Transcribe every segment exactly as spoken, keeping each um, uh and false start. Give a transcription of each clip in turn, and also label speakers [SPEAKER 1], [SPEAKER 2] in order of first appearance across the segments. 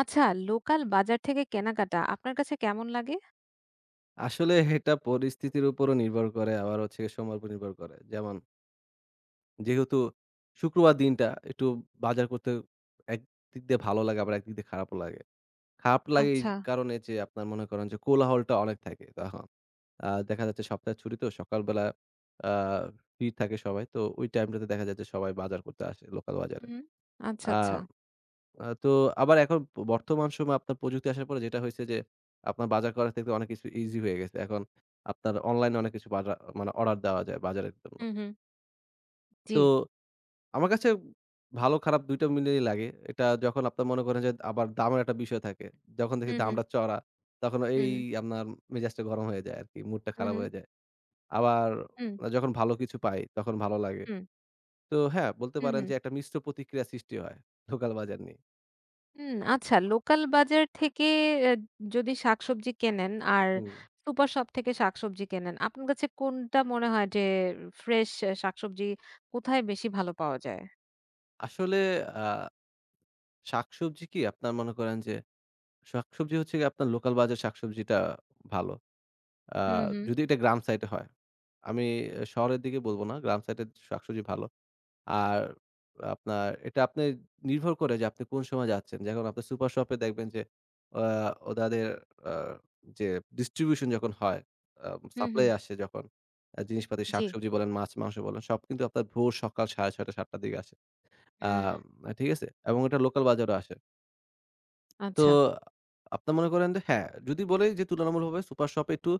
[SPEAKER 1] আচ্ছা, লোকাল বাজার থেকে কেনাকাটা আপনার কাছে কেমন লাগে?
[SPEAKER 2] আসলে এটা পরিস্থিতির উপরও নির্ভর করে আবার হচ্ছে গিয়ে সময়ের উপর নির্ভর করে। যেমন যেহেতু শুক্রবার দিনটা একটু বাজার করতে একদিক দিয়ে ভালো লাগে আবার একদিক দিয়ে খারাপও লাগে। খারাপ লাগে এই
[SPEAKER 1] আচ্ছা।
[SPEAKER 2] কারণে যে আপনার মনে করেন যে কোলাহলটা অনেক থাকে তখন। আ দেখা যাচ্ছে সপ্তাহের ছুটি তো সকালবেলা আ ফ্রি থাকে সবাই। তো ওই টাইমটাতে দেখা যায় যে সবাই বাজার করতে আসে লোকাল বাজারে।
[SPEAKER 1] হুম। আচ্ছা,
[SPEAKER 2] আ
[SPEAKER 1] আচ্ছা।
[SPEAKER 2] আ তো আবার এখন বর্তমান সময়ে আপনার প্রযুক্তি আসার পরে যেটা হইছে যে, আপনার বাজার করা থেকে অনেক কিছু ইজি হয়ে গেছে। এখন আপনার অনলাইনে অনেক কিছু বাজা মানে অর্ডার দেওয়া যায় বাজারের জন্য।
[SPEAKER 1] হুম, হুম। জি।
[SPEAKER 2] তো আমার কাছে ভালো খারাপ দুই টা মিলিয়েই লাগে। এটা যখন আপনার মনে করেন যে আবার দামের একটা বিষয় থাকে। যখন দেখি
[SPEAKER 1] হুম, হুম,
[SPEAKER 2] দামটা চড়া, তখন
[SPEAKER 1] হুম,
[SPEAKER 2] এই
[SPEAKER 1] হুম,
[SPEAKER 2] আপনার মেজাজটা গরম হয়ে যায় আরকি। মুডটা খারাপ
[SPEAKER 1] হুম,
[SPEAKER 2] হয়ে যায়। আবার
[SPEAKER 1] হুম,
[SPEAKER 2] যখন ভালো কিছু পাই, তখন ভালো লাগে।
[SPEAKER 1] হুম,
[SPEAKER 2] তো হ্যাঁ, বলতে
[SPEAKER 1] হুম,
[SPEAKER 2] পারেন
[SPEAKER 1] হুম,
[SPEAKER 2] যে একটা মিশ্র প্রতিক্রিয়া সৃষ্টি হয় লোকাল বাজার নিয়ে।
[SPEAKER 1] হুম। আচ্ছা, লোকাল বাজার থেকে অ্যা যদি শাকসবজি কেনেন আর
[SPEAKER 2] হুম।
[SPEAKER 1] সুপার শপ থেকে শাকসবজি কেনেন, আপনার কাছে কোনটা মনে হয় যে ফ্রেশ শাকসবজি কোথায় বেশি ভালো পাওয়া যায়?
[SPEAKER 2] আসলে আ শাকসবজি কি আপনার মনে করেন যে শাকসবজি হচ্ছে গিয়ে আপনার লোকাল বাজার শাকসবজিটা ভালো। আ
[SPEAKER 1] হুম, হুম।
[SPEAKER 2] যদি এটা গ্রাম সাইডে হয়। আমি শহরের দিকে বলব না। গ্রাম সাইডের শাকসবজি ভালো। আর আপনার এটা আপনি নির্ভর করে যে আপনি কোন সময় যাচ্ছেন। যখন আপনি সুপার শপে দেখবেন যে আ ওনাদের আ যে ডিস্ট্রিবিউশন যখন হয়, আ
[SPEAKER 1] হুম,
[SPEAKER 2] সাপ্লাই
[SPEAKER 1] হুম।
[SPEAKER 2] আসে যখন আ জিনিসপাতি
[SPEAKER 1] জি।
[SPEAKER 2] শাকসবজি বলেন, মাছ, মাংস বলেন সব কিন্তু আপনার ভোর সকাল সাড়ে ছয়টা সাতটা টার দিকে আসে। আ
[SPEAKER 1] হুম।
[SPEAKER 2] ঠিক আছে? এবং এটা লোকাল বাজারও আসে। তো
[SPEAKER 1] আচ্ছা।
[SPEAKER 2] আপনার মনে করেন যে হ্যাঁ, যদি বলি যে তুলনামূলকভাবে সুপার শপে একটু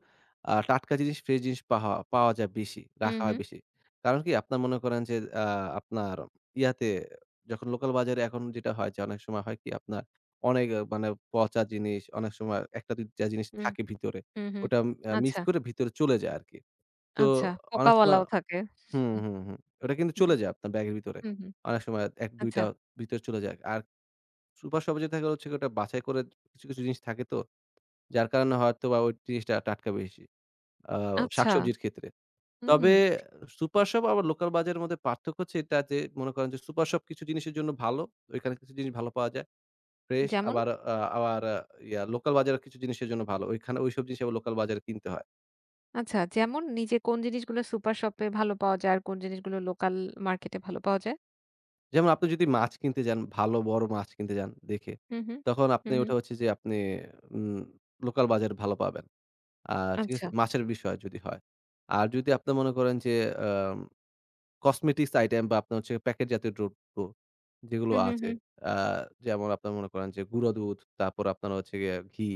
[SPEAKER 2] আ টাটকা জিনিস, ফ্রেশ জিনিস পাহা পাওয়া যায় বেশি,
[SPEAKER 1] হুম,
[SPEAKER 2] রাখা হয়
[SPEAKER 1] হুম,
[SPEAKER 2] বেশি। কারণ কি আপনার মনে করেন যে আ আপনার ইয়াতে যখন লোকাল বাজারে এখন যেটা হয় যে অনেক সময় হয় কি আপনার অনেক আ মানে পচা জিনিস, অনেক সময় এক টা দুই টা জিনিস
[SPEAKER 1] হুম,
[SPEAKER 2] থাকে ভিতরে।
[SPEAKER 1] হুম, হুম।
[SPEAKER 2] ওটা আ মিক্স
[SPEAKER 1] আচ্ছা,
[SPEAKER 2] করে ভিতরে চলে যায় আরকি। তো
[SPEAKER 1] আচ্ছা।
[SPEAKER 2] অনেক সময়
[SPEAKER 1] পোকাওয়ালাও থাকে।
[SPEAKER 2] হুম,
[SPEAKER 1] হুম,
[SPEAKER 2] হুম, হুম। ওটা কিন্তু
[SPEAKER 1] হুম।
[SPEAKER 2] চলে যায় আপনার ব্যাগের ভিতরে।
[SPEAKER 1] হুম, হুম।
[SPEAKER 2] অনেক সময় এক দুই টা
[SPEAKER 1] আচ্ছা,
[SPEAKER 2] ভিতরে চলে যায়। আর সুপার শপে যেটা থাকে হচ্ছে গিয়ে ওটা বাছাই করে কিছু, কিছু জিনিস থাকে তো। যার কারণে হয়তোবা ওই জিনিসটা টাটকা বেশি। আ
[SPEAKER 1] আচ্ছা।
[SPEAKER 2] শাকসবজির ক্ষেত্রে।
[SPEAKER 1] হুম,
[SPEAKER 2] তবে
[SPEAKER 1] হুম।
[SPEAKER 2] সুপার শপ আবার লোকাল বাজারের মধ্যে পার্থক্য হচ্ছে এটা যে মনে করেন যে সুপার শপ কিছু জিনিসের জন্য ভালো। ওইখানে কিছু জিনিস ভালো পাওয়া যায়। ফ্রেশ
[SPEAKER 1] যেমন?
[SPEAKER 2] আবার আ আবার আহ, ইয়া লোকাল বাজারে কিছু জিনিসের জন্য ভালো। ওইখানে ওইসব জিনিস আবার লোকাল বাজারে কিনতে হয়।
[SPEAKER 1] আচ্ছা, যেমন নিজে কোন জিনিসগুলো সুপার শপে ভালো পাওয়া যায় আর কোন জিনিসগুলো লোকাল মার্কেটে ভালো পাওয়া যায়?
[SPEAKER 2] যেমন আপনি যদি মাছ কিনতে যান, ভালো বড় মাছ কিনতে যান দেখে,
[SPEAKER 1] হুম, হুম।
[SPEAKER 2] তখন আপনি
[SPEAKER 1] হুম, হুম।
[SPEAKER 2] ওটা হচ্ছে যে আপনি উম লোকাল বাজারে ভালো পাবেন। আ ঠিক
[SPEAKER 1] আচ্ছা।
[SPEAKER 2] আছে? মাছের বিষয় যদি হয়। আর যদি আপনি মনে করেন যে আম কসমেটিক্স আইটেম বা আপনার হচ্ছে প্যাকেট জাতীয় দ্রব্য যেগুলো
[SPEAKER 1] হুম, হুম,
[SPEAKER 2] আছে,
[SPEAKER 1] হুম।
[SPEAKER 2] আ যেমন আপনার মনে করেন যে গুঁড়া দুধ, তারপর আপনার হচ্ছে গিয়ে ঘি,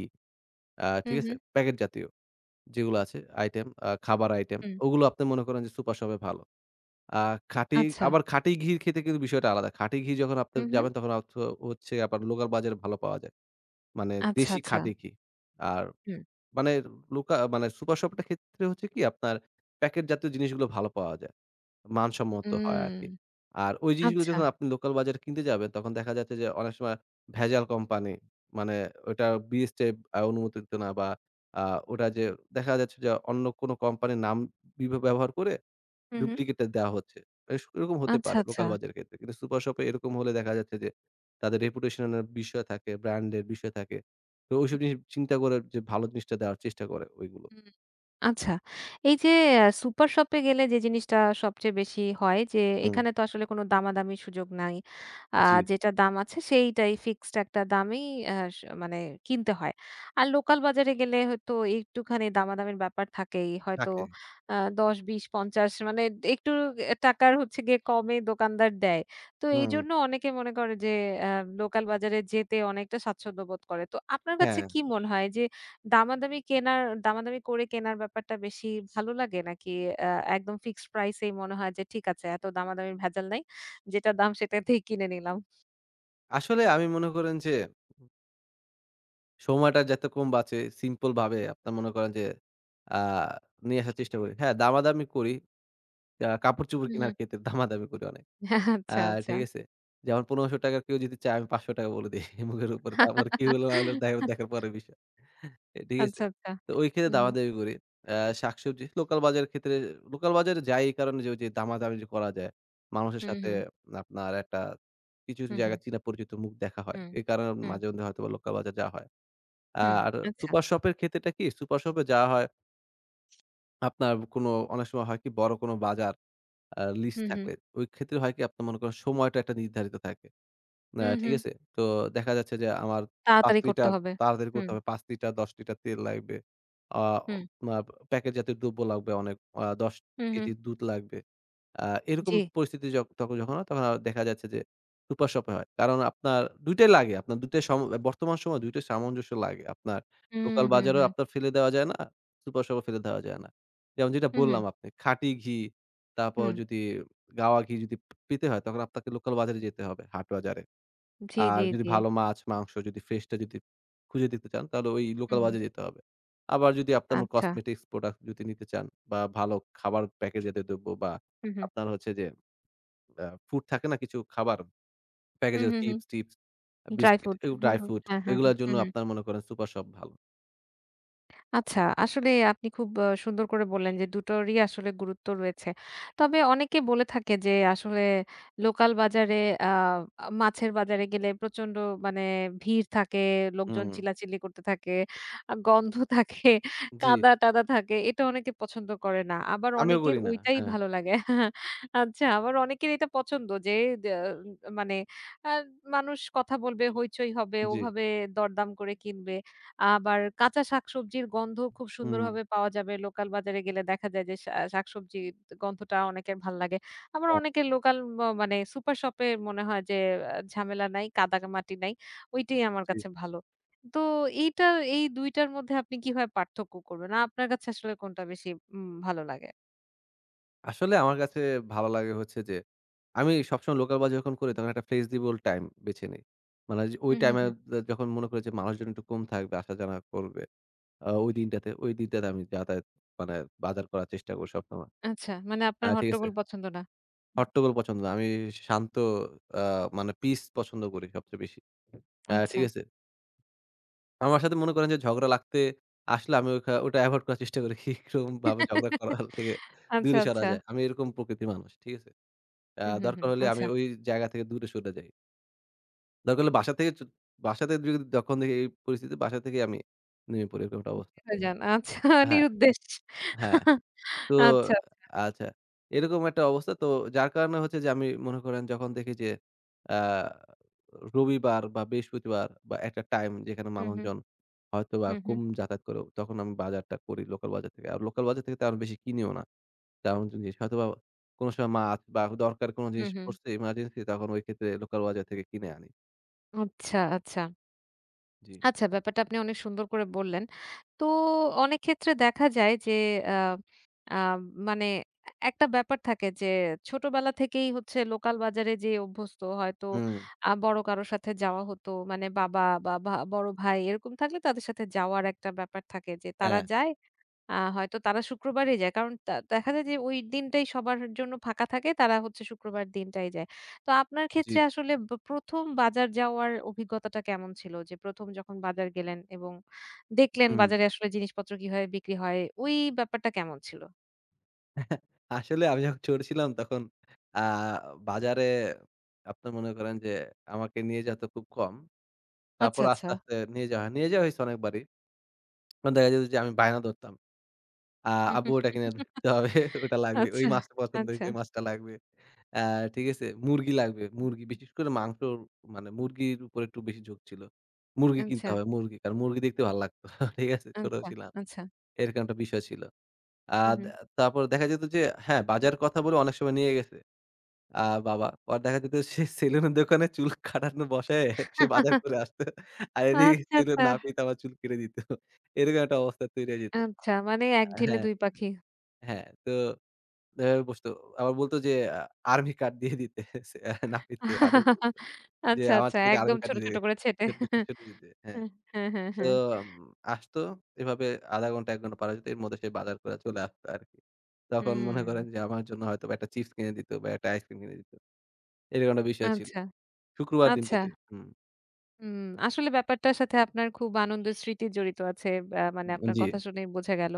[SPEAKER 2] আ
[SPEAKER 1] হুম,
[SPEAKER 2] ঠিক আছে?
[SPEAKER 1] হুম।
[SPEAKER 2] প্যাকেট জাতীয় যেগুলো আছে আইটেম, আ খাবার আইটেম
[SPEAKER 1] হুম।
[SPEAKER 2] ওগুলো আপনি মনে করেন যে সুপার শপে ভালো। আ খাঁটি
[SPEAKER 1] আচ্ছা।
[SPEAKER 2] আবার খাঁটি ঘি খেতে কিন্তু বিষয়টা আলাদা। খাঁটি ঘি যখন আপনি
[SPEAKER 1] হুম, হুম।
[SPEAKER 2] যাবেন তখন অথ হচ্ছে আপনার লোকাল বাজারে ভালো পাওয়া যায়। মানে
[SPEAKER 1] আচ্ছা,
[SPEAKER 2] দেশি
[SPEAKER 1] আচ্ছা।
[SPEAKER 2] খাঁটি ঘি। আর
[SPEAKER 1] হুম।
[SPEAKER 2] মানে লুকা মানে সুপার শপটা ক্ষেত্রে হচ্ছে কি আপনার প্যাকেট জাতীয় জিনিসগুলো ভালো পাওয়া যায়। মানসম্মত হয়
[SPEAKER 1] উম
[SPEAKER 2] আরকি। আর ওই জিনিসগুলো
[SPEAKER 1] আচ্ছা।
[SPEAKER 2] যখন আপনি লোকাল বাজারে কিনতে যাবেন তখন দেখা যাচ্ছে যে অনেক সময় ভেজাল কোম্পানি মানে ওটা বিএসটিআই আ অনুমোদিত না বা আ ওটা যে দেখা যাচ্ছে যে অন্য কোনো কোম্পানির নাম বিব ব্যবহার করে
[SPEAKER 1] হুম, হুম।
[SPEAKER 2] ডুপ্লিকেটটা দেওয়া হচ্ছে। এস এরকম হতে
[SPEAKER 1] আচ্ছা,
[SPEAKER 2] পারে
[SPEAKER 1] আচ্ছা।
[SPEAKER 2] লোকাল বাজারের ক্ষেত্রে। কিন্তু সুপার শপে এরকম হলে দেখা যাচ্ছে যে তাদের রেপুটেশন এর বিষয় থাকে, ব্র্যান্ড এর বিষয় থাকে। তো ওইসব
[SPEAKER 1] হুম,
[SPEAKER 2] জিনিস চিন্তা করে যে ভালো জিনিসটা দেওয়ার চেষ্টা করে ওইগুলো।
[SPEAKER 1] হুম। আচ্ছা। এই যে আ সুপার শপে গেলে যে জিনিসটা সবচেয়ে বেশি হয় যে
[SPEAKER 2] হুম,
[SPEAKER 1] এখানে তো আসলে কোনো দামাদামির সুযোগ নাই। আ
[SPEAKER 2] জি।
[SPEAKER 1] যেটা দাম আছে সেইটাই ফিক্সড একটা দামেই আ স মানে কিনতে হয়। আর লোকাল বাজারে গেলে হয়তো একটুখানি দামাদামির ব্যাপার থাকেই। হয়তো
[SPEAKER 2] থাকে।
[SPEAKER 1] আ দশ, বিশ, পঞ্চাশ মানে একটু এ টাকার হচ্ছে গিয়ে কমে দোকানদার দেয়। তো
[SPEAKER 2] হুম,
[SPEAKER 1] এইজন্য অনেকে মনে করে যে আ লোকাল বাজারে যেতে অনেকটা স্বাচ্ছন্দ্য বোধ করে। তো আপনার কাছে
[SPEAKER 2] হ্যাঁ।
[SPEAKER 1] কি মনে হয় যে দামাদামি কেনার দামাদামি করে কেনার ব্যাপারটা বেশি ভালো লাগে নাকি আ একদম ফিক্সড প্রাইসেই মনে হয় যে ঠিক আছে এত দামাদামির ভেজাল নাই। যেটা দাম সেটাতেই কিনে নিলাম।
[SPEAKER 2] আসলে আমি মনে করেন যে সময়টা যাতে কম বাঁচে সিম্পল ভাবে আপনার মনে করেন যে আ নিয়ে আসার চেষ্টা করি। হ্যাঁ, দামাদামি করি। আ কাপড়-চোপড়
[SPEAKER 1] হুম, হুম।
[SPEAKER 2] কেনার ক্ষেত্রে দামাদামি করি অনেক। আ
[SPEAKER 1] আচ্ছা, আচ্ছা।
[SPEAKER 2] ঠিক আছে? যেমন ৳পনেরোশো টাকা কেউ যদি চায় আমি ৳পাঁচশো টাকা বলে দেই মুখের উপরে। তারপর কি হলো না হলো দেখা দেখার পরের বিষয়। এ ঠিক আছে?
[SPEAKER 1] আচ্ছা, আচ্ছা।
[SPEAKER 2] তো ওই ক্ষেত্রে
[SPEAKER 1] হুম, হুম।
[SPEAKER 2] দামাদামি করি। আ শাকসবজি লোকাল বাজারের ক্ষেত্রে লোকাল বাজারে যাই এই কারণে যে ওই যে দামাদামি যে করা যায়। মানুষের
[SPEAKER 1] হুম,
[SPEAKER 2] সাথে
[SPEAKER 1] হুম।
[SPEAKER 2] আপনার একটা কিছু, কিছু
[SPEAKER 1] হুম, হুম।
[SPEAKER 2] জায়গায় চীনা পরিচিত মুখ দেখা হয়।
[SPEAKER 1] হুম,
[SPEAKER 2] এই কারণে
[SPEAKER 1] হুম,
[SPEAKER 2] মাঝে মধ্যে হয়তোবা লোকাল বাজার যাওয়া হয়। আ
[SPEAKER 1] হুম।
[SPEAKER 2] আর
[SPEAKER 1] আচ্ছা।
[SPEAKER 2] সুপার শপের ক্ষেত্রেটা কি? সুপার শপে যাওয়া হয় আপনার কোনো অনেক সময় হয় কি বড় কোনো বাজার আ লিস্ট
[SPEAKER 1] হুম, হুম।
[SPEAKER 2] থাকলে। ওই ক্ষেত্রে হয় কি আপনার মনে করেন সময়টা একটা নির্ধারিত থাকে। না,
[SPEAKER 1] হুম,
[SPEAKER 2] ঠিক
[SPEAKER 1] হুম।
[SPEAKER 2] আছে? তো দেখা যাচ্ছে যে আমার ৫
[SPEAKER 1] তাড়াতাড়ি করতে
[SPEAKER 2] লিটার
[SPEAKER 1] হবে।
[SPEAKER 2] তাড়াতাড়ি করতে
[SPEAKER 1] হুম,
[SPEAKER 2] হবে। পাঁচ লিটার দশ লিটার তেল লাগবে। আ
[SPEAKER 1] হুম,
[SPEAKER 2] মা প্যাকেট জাতীয় দ্রব্য লাগবে অনেক। আ দশ
[SPEAKER 1] হুম, হুম।
[SPEAKER 2] কেজি দুধ লাগবে। আ এরকম
[SPEAKER 1] জি।
[SPEAKER 2] পরিস্থিতি যখ তখন যখন হয় তখন আ দেখা যাচ্ছে যে সুপার শপে হয়। কারণ আপনার দুই টাই লাগে। আপনার দুই টাই সম বর্তমান সময়ে দুই টাই সামঞ্জস্য লাগে। আপনার
[SPEAKER 1] হুম,
[SPEAKER 2] লোকাল
[SPEAKER 1] হুম,
[SPEAKER 2] বাজারেও
[SPEAKER 1] হুম।
[SPEAKER 2] আপনার ফেলে দেওয়া যায় না, সুপার শপে ফেলে দেওয়া যায় না। যেমন যেটা
[SPEAKER 1] হুম, হুম,
[SPEAKER 2] বললাম আপনি খাঁটি ঘি, তারপর
[SPEAKER 1] হুম।
[SPEAKER 2] যদি গাওয়া ঘি যদি পেতে হয় তখন আপনাকে লোকাল বাজারে যেতে হবে হাট বাজারে।
[SPEAKER 1] জি,
[SPEAKER 2] আর
[SPEAKER 1] জি,
[SPEAKER 2] যদি
[SPEAKER 1] জি।
[SPEAKER 2] ভালো মাছ-মাংস যদি ফ্রেশটা যদি খুঁজে দিতে চান, তাহলে ওই
[SPEAKER 1] হুম,
[SPEAKER 2] লোকাল
[SPEAKER 1] হুম।
[SPEAKER 2] বাজারে যেতে হবে। আবার যদি আপনার
[SPEAKER 1] আচ্ছা।
[SPEAKER 2] কসমেটিক্স প্রোডাক্ট যদি নিতে চান বা ভালো খাবার প্যাকেজজাতীয় দ্রব্য বা
[SPEAKER 1] হুম, হুম।
[SPEAKER 2] আপনার হচ্ছে যে আ ফুড থাকে না কিছু খাবার
[SPEAKER 1] হুম,
[SPEAKER 2] প্যাকেজে
[SPEAKER 1] হুম, হুম।
[SPEAKER 2] চিপস-টিপস,
[SPEAKER 1] ড্রাই
[SPEAKER 2] বিস্কিট,
[SPEAKER 1] ফ্রুট।
[SPEAKER 2] এগুলো ড্রাই ফ্রুট
[SPEAKER 1] হ্যাঁ, হ্যাঁ, হ্যাঁ।
[SPEAKER 2] এগুলার
[SPEAKER 1] হু,
[SPEAKER 2] জন্য
[SPEAKER 1] হু।
[SPEAKER 2] আপনার মনে করেন সুপার শপ ভালো।
[SPEAKER 1] আচ্ছা, আসলে আপনি খুব আ সুন্দর করে বললেন যে দুটোরই আসলে গুরুত্ব রয়েছে। তবে অনেকে বলে থাকে যে আসলে লোকাল বাজারে আ মাছের বাজারে গেলে প্রচন্ড মানে ভিড় থাকে, লোকজন
[SPEAKER 2] হুম,
[SPEAKER 1] চিল্লাচিল্লি করতে থাকে, আ গন্ধ থাকে,
[SPEAKER 2] জি।
[SPEAKER 1] কাদা-টাদা থাকে। এটা অনেকে পছন্দ করে না। আবার
[SPEAKER 2] আমিও
[SPEAKER 1] অনেকের
[SPEAKER 2] করি না।
[SPEAKER 1] ওইটাই
[SPEAKER 2] হ্যাঁ,
[SPEAKER 1] ভালো লাগে। আচ্ছা, আবার অনেকের এটা পছন্দ যে দে মানে আ মানুষ কথা বলবে, হইচই হবে,
[SPEAKER 2] জি।
[SPEAKER 1] ওভাবে দরদাম করে কিনবে। আবার কাঁচা শাকসবজির গন্ধ খুব
[SPEAKER 2] হুম,
[SPEAKER 1] সুন্দরভাবে পাওয়া যাবে। লোকাল বাজারে গেলে দেখা যায় যে শা শাকসবজির গন্ধটা অনেকের ভাল লাগে। আবার
[SPEAKER 2] হ্যাঁ,
[SPEAKER 1] অনেকের লোকাল ম মানে সুপার শপে মনে হয় যে আ ঝামেলা নাই, কাদামাটি নাই। ওইটাই আমার
[SPEAKER 2] জি,
[SPEAKER 1] কাছে ভালো। তো এইটা এই দুই টার মধ্যে আপনি কিভাবে পার্থক্য করবেন? আর আপনার কাছে আসলে কোনটা বেশি উম ভালো লাগে?
[SPEAKER 2] আসলে আমার কাছে ভালো লাগে হচ্ছে যে, আমি সবসময় লোকাল বাস যখন করি তখন একটা ফ্লেক্সিবল টাইম বেছে নেই। মানে যে ওই
[SPEAKER 1] হুম, হুম,
[SPEAKER 2] টাইমে
[SPEAKER 1] হুম।
[SPEAKER 2] য যখন মনে করি যে মানুষজন একটু কম থাকবে, আসা জানা করবে। আ ওই দিনটাতে, ওই দিনটাতে আমি যাতায়াত মানে বাজার করার চেষ্টা করি সবসময়।
[SPEAKER 1] আচ্ছা, মানে
[SPEAKER 2] আ
[SPEAKER 1] আপনার
[SPEAKER 2] ঠিক আছে?
[SPEAKER 1] হট্টগোল পছন্দ না।
[SPEAKER 2] হট্টগোল পছন্দ না। আমি শান্ত আ মানে পিস পছন্দ করি সবচেয়ে বেশি। আ
[SPEAKER 1] আচ্ছা।
[SPEAKER 2] ঠিক আছে? আমার সাথে মনে করেন যে ঝগড়া লাগতে আসলে আমি ওখা ওটা এভয়েড করার চেষ্টা করি। কিরকমভাবে ঝগড়া করার থেকে
[SPEAKER 1] আচ্ছা,
[SPEAKER 2] দূরে সরা
[SPEAKER 1] আচ্ছা।
[SPEAKER 2] যায়। আমি এরকম প্রকৃতির মানুষ। ঠিক আছে? আ
[SPEAKER 1] হুম, হুম,
[SPEAKER 2] দরকার
[SPEAKER 1] হুম।
[SPEAKER 2] হলে আমি
[SPEAKER 1] আচ্ছা।
[SPEAKER 2] ওই জায়গা থেকে দূরে সরে যাই। দরকার হলে বাসা থেকে চ বাসা থেকে যদি যখন দেখি এই পরিস্থিতি বাসা থেকেই আমি নেমে পড়ি এরকম একটা অবস্থা।
[SPEAKER 1] হয়ে যান। আচ্ছা
[SPEAKER 2] আ হ্যাঁ,
[SPEAKER 1] নিরুদ্দেশ।
[SPEAKER 2] হ্যাঁ। তো
[SPEAKER 1] আচ্ছা।
[SPEAKER 2] আচ্ছা। এরকম একটা অবস্থা তো যার কারণে হচ্ছে যে আমি মনে করেন যখন দেখি যে আ রবিবার বা বৃহস্পতিবার বা একটা টাইম যেখানে
[SPEAKER 1] হুম, হুম,
[SPEAKER 2] মানুষজন হয়তোবা
[SPEAKER 1] হুম, হুম,
[SPEAKER 2] কম যাতায়াত করে তখন আমি বাজারটা করি লোকাল বাজার থেকে। আর লোকাল বাজার থেকে তেমন বেশি কিনিও না। তেমন জিনিস হয়তোবা কোন সময় মাছ বা দরকার কোন
[SPEAKER 1] হুম,
[SPEAKER 2] জিনিস
[SPEAKER 1] হুম।
[SPEAKER 2] পড়ছে ইমার্জেন্সি তখন ওই ক্ষেত্রে লোকাল বাজার থেকে কিনে আনি।
[SPEAKER 1] আচ্ছা, আচ্ছা।
[SPEAKER 2] জি।
[SPEAKER 1] আচ্ছা ব্যাপারটা আপনি অনেক সুন্দর করে বললেন। তো অনেক ক্ষেত্রে দেখা যায় যে আ আ মানে একটা ব্যাপার থাকে যে ছোটবেলা থেকেই হচ্ছে লোকাল বাজারে যেয়ে অভ্যস্ত হয়তো
[SPEAKER 2] হুম,
[SPEAKER 1] আ বড় কারো সাথে যাওয়া হতো। মানে বাবা বা ভা বড় ভাই এরকম থাকলে তাদের সাথে যাওয়ার একটা ব্যাপার থাকে যে তারা
[SPEAKER 2] হ্যাঁ,
[SPEAKER 1] যায় আ হয়তো তারা শুক্রবারই যায়। কারণ তা দেখা যায় যে ওই দিনটাই সবার জন্য ফাঁকা থাকে। তারা হচ্ছে শুক্রবার দিনটাই যায়। তো আপনার
[SPEAKER 2] জি,
[SPEAKER 1] ক্ষেত্রে আসলে ব ১ম বাজার যাওয়ার অভিজ্ঞতাটা কেমন ছিল? যে ১ম যখন বাজার গেলেন এবং দেখলেন
[SPEAKER 2] হুম।
[SPEAKER 1] বাজারে আসলে জিনিসপত্র কিভাবে বিক্রি হয়, ওই ব্যাপারটা কেমন ছিল?
[SPEAKER 2] আসলে আমি যখন ছোট ছিলাম তখন আ বাজারে আপনি মনে করেন যে আমাকে নিয়ে যেত খুব কম।
[SPEAKER 1] আচ্ছা,
[SPEAKER 2] তারপর
[SPEAKER 1] আচ্ছা।
[SPEAKER 2] আস্তে, আস্তে নিয়ে যাওয়া হয়। নিয়ে যাওয়া হয়েছে অনেকবারই। তখন দেখা যেত যে আমি বায়না ধরতাম। আ
[SPEAKER 1] হুম
[SPEAKER 2] আব্বু
[SPEAKER 1] হুম
[SPEAKER 2] ওটা কিনে দিতে হবে। ওটা লাগবে। ওই
[SPEAKER 1] আচ্ছা,
[SPEAKER 2] মাছটা পছন্দ হইছে,
[SPEAKER 1] আচ্ছা,
[SPEAKER 2] ওই মাছটা লাগবে। আ ঠিক আছে? মুরগি লাগবে। মুরগি বিশেষ করে মাংসর মানে মুরগির উপর একটু বেশি ঝোঁক ছিল। মুরগি কিনতে
[SPEAKER 1] আচ্ছা,
[SPEAKER 2] হবে মুরগি। কারণ মুরগি দেখতে ভালো লাগতো। ঠিক আছে? ছোট
[SPEAKER 1] আচ্ছা,
[SPEAKER 2] ছিলাম।
[SPEAKER 1] আচ্ছা।
[SPEAKER 2] এরকম একটা বিষয় ছিল। আ
[SPEAKER 1] হু, হু।
[SPEAKER 2] দে তারপর দেখা যেত যে হ্যাঁ, বাজার কথা বলে অনেক সময় নিয়ে গেছে আ বাবা। পরে দেখা যেত সে সেলুনের দোকানে চুল কাটানো বসায় সে বাজার করে আসতো। আর এদিকে
[SPEAKER 1] আচ্ছা,
[SPEAKER 2] সেলুন
[SPEAKER 1] আচ্ছা,
[SPEAKER 2] নাপিত আবার চুল কেটে দিত। এরকম একটা অবস্থা তৈরি হয়ে যেত।
[SPEAKER 1] আচ্ছা। মানে এক ঢিলে
[SPEAKER 2] হ্যাঁ।
[SPEAKER 1] দুই পাখি।
[SPEAKER 2] হ্যাঁ, তো এভাবে বসতো। আবার বলত যে আ আর্মি কার্ড দিয়ে দিতে সে নাপিতকে আবু বলত যে,
[SPEAKER 1] আচ্ছা,
[SPEAKER 2] "আমার
[SPEAKER 1] আচ্ছা।
[SPEAKER 2] ছেলেকে
[SPEAKER 1] একদম
[SPEAKER 2] আর্মি কার্ড
[SPEAKER 1] ছোট,
[SPEAKER 2] দিয়ে
[SPEAKER 1] ছোট
[SPEAKER 2] দিতে।"
[SPEAKER 1] করে ছেঁটে।
[SPEAKER 2] ছুটি দিতে। হ্যাঁ।
[SPEAKER 1] হ্যাঁ, হ্যাঁ, হ্যাঁ,
[SPEAKER 2] তো
[SPEAKER 1] হ্যাঁ।
[SPEAKER 2] উম আসতো এভাবে আধা ঘন্টা এক ঘন্টা পার হয়ে যেত। এর মধ্যে সে বাজার করে চলে আসতো আরকি। তখন মনে করেন
[SPEAKER 1] হুম,
[SPEAKER 2] যে আমার জন্য হয়তোবা একটা চিপস কিনে দিত বা একটা আইসক্রিম কিনে দিত। এরকম একটা বিষয় ছিল।
[SPEAKER 1] আচ্ছা,
[SPEAKER 2] শুক্রবার
[SPEAKER 1] আচ্ছা।
[SPEAKER 2] দিনটাতে। হুম,
[SPEAKER 1] হুম, আসলে ব্যাপারটার সাথে আপনার খুব আনন্দের স্মৃতি জড়িত আছে। আ মানে
[SPEAKER 2] হুম,
[SPEAKER 1] আপনার
[SPEAKER 2] জি,
[SPEAKER 1] কথা শুনেই বোঝা গেল।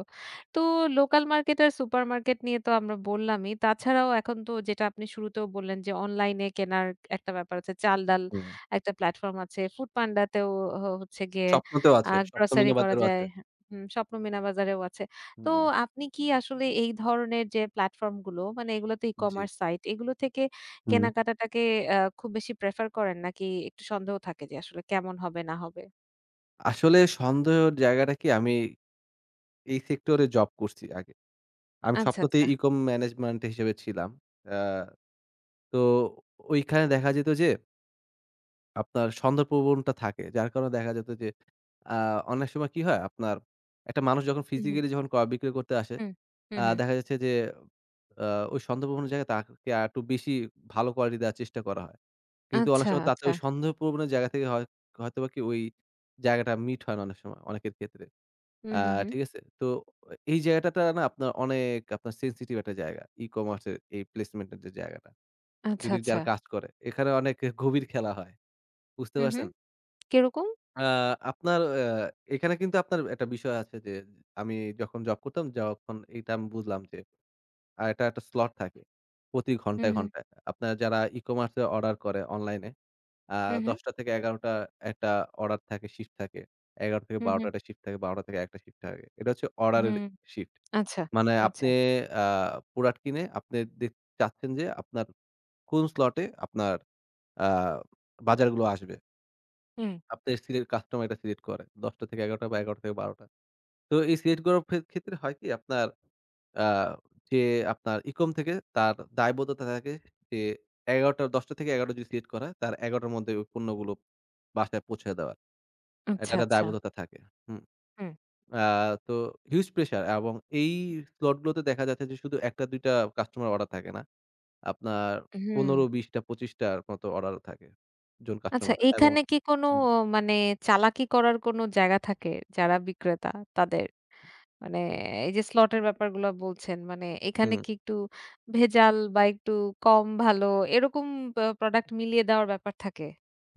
[SPEAKER 1] তো লোকাল মার্কেট আর সুপারমার্কেট নিয়ে তো আমরা বললামই। তাছাড়াও এখন তো যেটা আপনি শুরুতেও বললেন যে অনলাইনে কেনার একটা ব্যাপার আছে। চাল-ডাল
[SPEAKER 2] হুম।
[SPEAKER 1] একটা প্ল্যাটফর্ম আছে। ফুডপান্ডা তেও হ হচ্ছে গিয়ে
[SPEAKER 2] স্বপ্নতেও
[SPEAKER 1] আ
[SPEAKER 2] আছে। স্বপ্ন
[SPEAKER 1] গ্রোসারি
[SPEAKER 2] মিনা
[SPEAKER 1] করা
[SPEAKER 2] বাজারও
[SPEAKER 1] যায়।
[SPEAKER 2] আছে।
[SPEAKER 1] হুম, স্বপ্ন মিনা বাজারেও আছে। তো
[SPEAKER 2] হুম,
[SPEAKER 1] আপনি কি আসলে এই ধরনের যে প্ল্যাটফর্ম গুলো মানে এগুলো তো
[SPEAKER 2] জি।
[SPEAKER 1] ই-কমার্স সাইট এগুলো থেকে
[SPEAKER 2] হুম।
[SPEAKER 1] কেনাকাটাটাকে আ খুব বেশি প্রেফার করেন নাকি একটু সন্দেহ থাকে যে আসলে কেমন হবে না হবে?
[SPEAKER 2] আসলে সন্দেহের জায়গাটা কি আমি এই সেক্টরে জব করছি আগে। আমি
[SPEAKER 1] আচ্ছা, আচ্ছা।
[SPEAKER 2] স্বপ্নতেই ইকম ম্যানেজমেন্ট হিসেবে ছিলাম। আ তো ওইখানে দেখা যেত যে আপনার সন্ধ্যা প্রবণতা থাকে। যার কারণে দেখা যেত যে আ অনেক সময় কি হয় আপনার একটা মানুষ যখন
[SPEAKER 1] হুম, হুম,
[SPEAKER 2] ফিজিক্যালি যখন ক্রয় বিক্রয় করতে আসে
[SPEAKER 1] হুম, হুম,
[SPEAKER 2] আ
[SPEAKER 1] হুম।
[SPEAKER 2] দেখা যাচ্ছে যে আ ওই সন্দেহপ্রবণ জায়গায় তাকে আরেকটু বেশি ভালো কোয়ালিটি দেওয়ার চেষ্টা করা হয়। কিন্তু অনেক
[SPEAKER 1] আচ্ছা,
[SPEAKER 2] সময় তাতে
[SPEAKER 1] আচ্ছা।
[SPEAKER 2] ওই সন্দেহপ্রবণের জায়গা থেকে হয় হয়তোবা কি ওই জায়গাটা মিট হয় না অনেক সময় অনেকের ক্ষেত্রে।
[SPEAKER 1] হুম,
[SPEAKER 2] আ
[SPEAKER 1] হুম, হুম।
[SPEAKER 2] ঠিক আছে? তো এই জায়গাটাতে না আপনার অনেক আপনার সেনসিটিভ একটা জায়গা। ই-কমার্স এর এই প্লেসমেন্ট এর যে জায়গাটা।
[SPEAKER 1] আচ্ছা,
[SPEAKER 2] যদি
[SPEAKER 1] আচ্ছা।
[SPEAKER 2] যারা কাজ করে, এখানে অনেক গভীর খেলা হয়। বুঝতে
[SPEAKER 1] হুম, হুম।
[SPEAKER 2] পারছেন?
[SPEAKER 1] কিরকম?
[SPEAKER 2] আ আপনার আ এখানে কিন্তু আপনার একটা বিষয় আছে যে আমি যখন জব করতাম, যখন এটা আমি বুঝলাম যে আ এটা একটা স্লট থাকে। প্রতি
[SPEAKER 1] হুম,
[SPEAKER 2] ঘন্টায়,
[SPEAKER 1] হুম,
[SPEAKER 2] ঘন্টায়। আপনার যারা ই-কমার্স এ অর্ডার করে অনলাইনে আ
[SPEAKER 1] হুম, হুম,
[SPEAKER 2] দশটা-এগারোটা একটা অর্ডার থাকে, শিফট থাকে।
[SPEAKER 1] হুম,
[SPEAKER 2] এগারোটা-বারোটা
[SPEAKER 1] হুম,
[SPEAKER 2] একটা শিফট থাকে, বারোটা-একটা শিফট থাকে। এটা হচ্ছে অর্ডারের
[SPEAKER 1] হুম।
[SPEAKER 2] শিফট।
[SPEAKER 1] আচ্ছা,
[SPEAKER 2] মানে
[SPEAKER 1] আচ্ছা।
[SPEAKER 2] আপনি আ প্রোডাক্ট কিনে আপনি দে চাচ্ছেন যে আপনার কোন স্লটে আপনার আ বাজারগুলো আসবে।
[SPEAKER 1] হুম।
[SPEAKER 2] আপনি সিলেক্ট কাস্টমার এটা সিলেক্ট করে। দশটা-এগারোটা বা এগারোটা-বারোটা। তো এই সিলেক্ট করার ফে ক্ষেত্রে হয় কি আপনার আ যে আপনার ইকম থেকে তার দায়বদ্ধতা থাকে যে ১১ঃ০০ ১০ঃ০০ থেকে ১১ঃ০০ যদি সিলেক্ট করা হয়, তার ১১ঃ০০ র মধ্যে ওই পণ্যগুলো বাসায় পৌঁছে দেওয়ার। এটা
[SPEAKER 1] আচ্ছা,
[SPEAKER 2] একটা
[SPEAKER 1] আচ্ছা।
[SPEAKER 2] দায়বদ্ধতা থাকে। হুম।
[SPEAKER 1] হুম,
[SPEAKER 2] আ তো হিউজ প্রেশার এবং এই স্লট গুলোতে দেখা যাচ্ছে যে শুধু এক টা দুই টা কাস্টমার অর্ডার থাকে না। আপনার
[SPEAKER 1] হুম।
[SPEAKER 2] পনেরো, বিশ টা পঁচিশ টার মতো অর্ডার থাকে জন
[SPEAKER 1] আচ্ছা
[SPEAKER 2] কাস্টমার এবং
[SPEAKER 1] এখানে কি কোনো
[SPEAKER 2] হুম,
[SPEAKER 1] মানে চালাকি করার কোনো জায়গা থাকে যারা বিক্রেতা তাদের? মানে এই যে স্লটের ব্যাপারগুলা বলছেন, মানে এখানে
[SPEAKER 2] হুম।
[SPEAKER 1] কি একটু ভেজাল বা একটু কম ভালো এরকম প প্রোডাক্ট মিলিয়ে দেওয়ার ব্যাপার থাকে?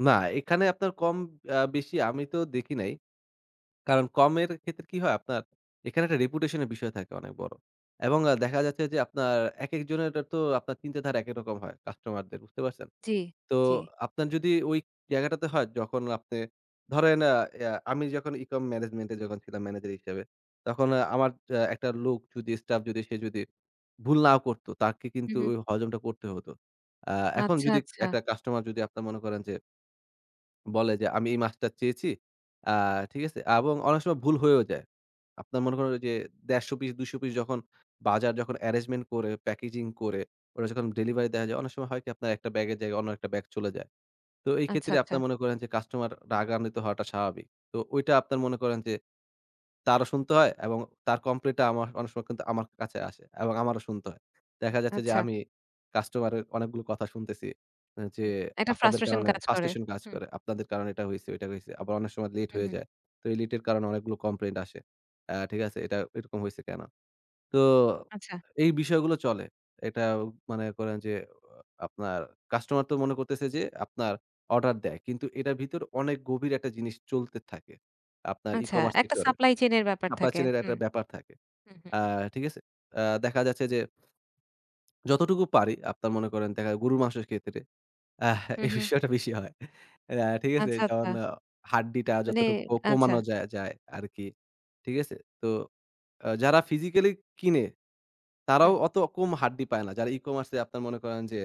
[SPEAKER 2] না এখানে আপনার কম আ বেশি আমি তো দেখি নাই। কারণ কমের ক্ষেত্রে কি হয় আপনার, এখানে একটা reputation এর বিষয় থাকে অনেক বড়। এবং আ দেখা যাচ্ছে যে আপনার একেকজনের তো আপনার চিন্তাধারা একেক রকম হয় কাস্টমারদের, বুঝতে পারছেন?
[SPEAKER 1] জি,
[SPEAKER 2] তো
[SPEAKER 1] জি।
[SPEAKER 2] আপনার যদি ওই জায়গাটাতে হয় যখন আপনি ধরেন আ ইয়া আমি যখন ই-কম ম্যানেজমেন্টে যখন ছিলাম ম্যানেজার হিসেবে, তখন আ আমার আ একটা লোক যদি স্টাফ যদি সে যদি ভুল নাও করত, তাকে
[SPEAKER 1] হু,
[SPEAKER 2] কিন্তু
[SPEAKER 1] হুম।
[SPEAKER 2] ওই হজমটা করতে হতো। আ এখন
[SPEAKER 1] আচ্ছা,
[SPEAKER 2] যদি
[SPEAKER 1] আচ্ছা,
[SPEAKER 2] একটা কাস্টমার যদি আপনার মনে করেন যে বলে যে, "আমি এই মাছটা চেয়েছি।" আ ঠিক আছে? এবং অনেক সময় ভুল হয়েও যায়। আপনার মনে করেন ওইযে একশো পঞ্চাশ পিস দুইশো পিস যখন বাজার যখন অ্যারেঞ্জমেন্ট করে, প্যাকেজিং করে, ওরা যখন ডেলিভারি দেয়া যায়, অনেক সময় হয় কি আপনার একটা ব্যাগের জায়গায় অন্য একটা ব্যাগ চলে যায়। তো এই
[SPEAKER 1] আচ্ছা,
[SPEAKER 2] ক্ষেত্রে
[SPEAKER 1] আচ্ছা,
[SPEAKER 2] আপনার মনে করেন যে কাস্টমার রাগান্বিত হওয়াটা স্বাভাবিক। তো ওইটা আপনার মনে করেন যে তারও শুনতে হয় এবং তার কমপ্লেইনটা আমার অনেক সময় কিন্তু আমার কাছে আসে এবং আমারও শুনতে হয়। দেখা যাচ্ছে যে
[SPEAKER 1] আচ্ছা।
[SPEAKER 2] আমি কাস্টমারের অনেকগুলো কথা শুনতেছি অ্যা যে,
[SPEAKER 1] হুম, একটা
[SPEAKER 2] "আপনাদের
[SPEAKER 1] ফ্রাস্ট্রেশন
[SPEAKER 2] কারণে
[SPEAKER 1] কাজ করে।
[SPEAKER 2] ফ্রাস্ট্রেশন কাজ
[SPEAKER 1] হুম,
[SPEAKER 2] করে। আপনাদের কারণে এটা হইছে, ওইটা হইছে।" আবার অনেক সময় লেট
[SPEAKER 1] হুম,
[SPEAKER 2] হয়ে
[SPEAKER 1] হুম।
[SPEAKER 2] যায়। তো এই লেটের কারণে অনেকগুলো কমপ্লেইন আসে। অ্যা ঠিক আছে? "এটা এরকম হইছে কেন?" তো
[SPEAKER 1] আচ্ছা,
[SPEAKER 2] এই বিষয়গুলো চলে। এটা মানে করেন যে আ আপনার কাস্টমার তো মনে করতেছে যে আপনার অর্ডার দেয়। কিন্তু এটার ভিতর অনেক গভীর একটা জিনিস চলতে থাকে। আপনার
[SPEAKER 1] আচ্ছা।
[SPEAKER 2] ই-কমার্স
[SPEAKER 1] একটা
[SPEAKER 2] সেক্টরে।
[SPEAKER 1] সাপ্লাই চেইন এর ব্যাপার
[SPEAKER 2] আপনার
[SPEAKER 1] থাকে।
[SPEAKER 2] চেনের একটা
[SPEAKER 1] হুম,
[SPEAKER 2] ব্যাপার থাকে।
[SPEAKER 1] হুম, হুম,
[SPEAKER 2] আ ঠিক আছে? আ দেখা যাচ্ছে যে যতটুকু পারি আপনার মনে করেন দেখা যায় গরুর মাংসের ক্ষেত্রে আহ
[SPEAKER 1] হুম,
[SPEAKER 2] এই
[SPEAKER 1] হুম।
[SPEAKER 2] বিষয়টা বেশি হয়। অ্যা ঠিক আছে?
[SPEAKER 1] আচ্ছা, আচ্ছা।
[SPEAKER 2] যেমন আহ, হাড্ডিটা
[SPEAKER 1] মানে
[SPEAKER 2] যতটুকু কো-
[SPEAKER 1] আচ্ছা,
[SPEAKER 2] কমানো যায় যায় আরকি। ঠিক আছে? তো আ যারা ফিজিক্যালি কিনে তারাও
[SPEAKER 1] হুম।
[SPEAKER 2] অত কম হাড্ডি পায় না। যারা ই-কমার্স এ আপনার মনে করেন যে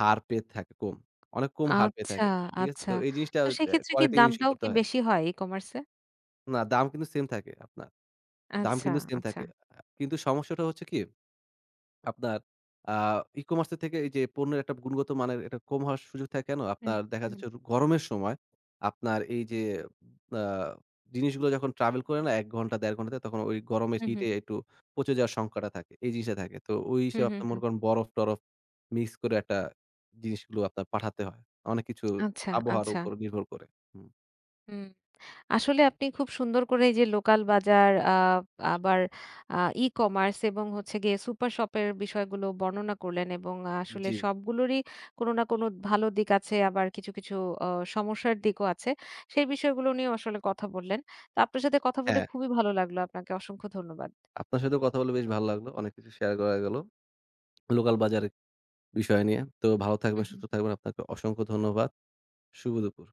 [SPEAKER 2] হার পেয়ে থাকে কম। অনেক কম হার পেয়ে
[SPEAKER 1] আচ্ছা,
[SPEAKER 2] থাকে। ঠিক আছে?
[SPEAKER 1] আচ্ছা।
[SPEAKER 2] তো এই জিনিসটা
[SPEAKER 1] তো
[SPEAKER 2] অ্যা
[SPEAKER 1] সেক্ষেত্রে কি
[SPEAKER 2] কোয়ালিটি ইনশিওর
[SPEAKER 1] দামটাও কি
[SPEAKER 2] করতে হয়।
[SPEAKER 1] বেশি হয় ই-কমার্সে?
[SPEAKER 2] না দাম কিন্তু সেম থাকে আপনার। দাম
[SPEAKER 1] আচ্ছা,
[SPEAKER 2] কিন্তু সেম
[SPEAKER 1] আচ্ছা।
[SPEAKER 2] থাকে। কিন্তু সমস্যাটা হচ্ছে কি আপনার আ ই-কমার্স থেকে এই যে পণ্যের একটা গুণগত মানের এটা কম হওয়ার সুযোগ থাকে কেন?
[SPEAKER 1] হুম,
[SPEAKER 2] আপনার দেখা
[SPEAKER 1] হুম,
[SPEAKER 2] যাচ্ছে গরমের সময় আপনার এই যে আ জিনিসগুলো যখন ট্রাভেল করে না এক ঘন্টা দেড় ঘন্টাতে তখন ওই গরমের
[SPEAKER 1] হুম, হুম,
[SPEAKER 2] হিটে একটু পচে যাওয়ার সংখ্যাটা থাকে। এই জিনিসটা থাকে। তো ওই
[SPEAKER 1] হুম,
[SPEAKER 2] হিসেবে আপনার
[SPEAKER 1] হুম।
[SPEAKER 2] মনে করেন বরফ-টরফ মিক্স করে একটা জিনিসগুলো আপনার পাঠাতে হয়। অনেক কিছু
[SPEAKER 1] আচ্ছা,
[SPEAKER 2] আবহাওয়ার
[SPEAKER 1] আচ্ছা।
[SPEAKER 2] উপর নির্ভর করে। হুম।
[SPEAKER 1] হুম। আসলে আপনি খুব সুন্দর করে এই যে লোকাল বাজার আ আবার আ ই-কমার্স এবং হচ্ছে গিয়ে সুপার শপের বিষয়গুলো বর্ণনা করলেন এবং আসলে
[SPEAKER 2] জি।
[SPEAKER 1] সবগুলোরই কোনো না কোনো ভালো দিক আছে আবার কিছু, কিছু অ সমস্যার দিকও আছে। সেই বিষয়গুলো নিয়েও আসলে কথা বললেন। তো আপনার সাথে কথা বলে
[SPEAKER 2] হ্যাঁ,
[SPEAKER 1] খুবই ভালো লাগলো। আপনাকে অসংখ্য ধন্যবাদ।
[SPEAKER 2] আপনার সাথেও কথা বলে বেশ ভালো লাগলো। অনেক কিছু শেয়ার করা গেল। লোকাল বাজারে বিষয় নিয়ে। তো ভালো থাকবেন,
[SPEAKER 1] হুম।
[SPEAKER 2] সুস্থ থাকবেন। আপনাকে অসংখ্য ধন্যবাদ। শুভ দুপুর।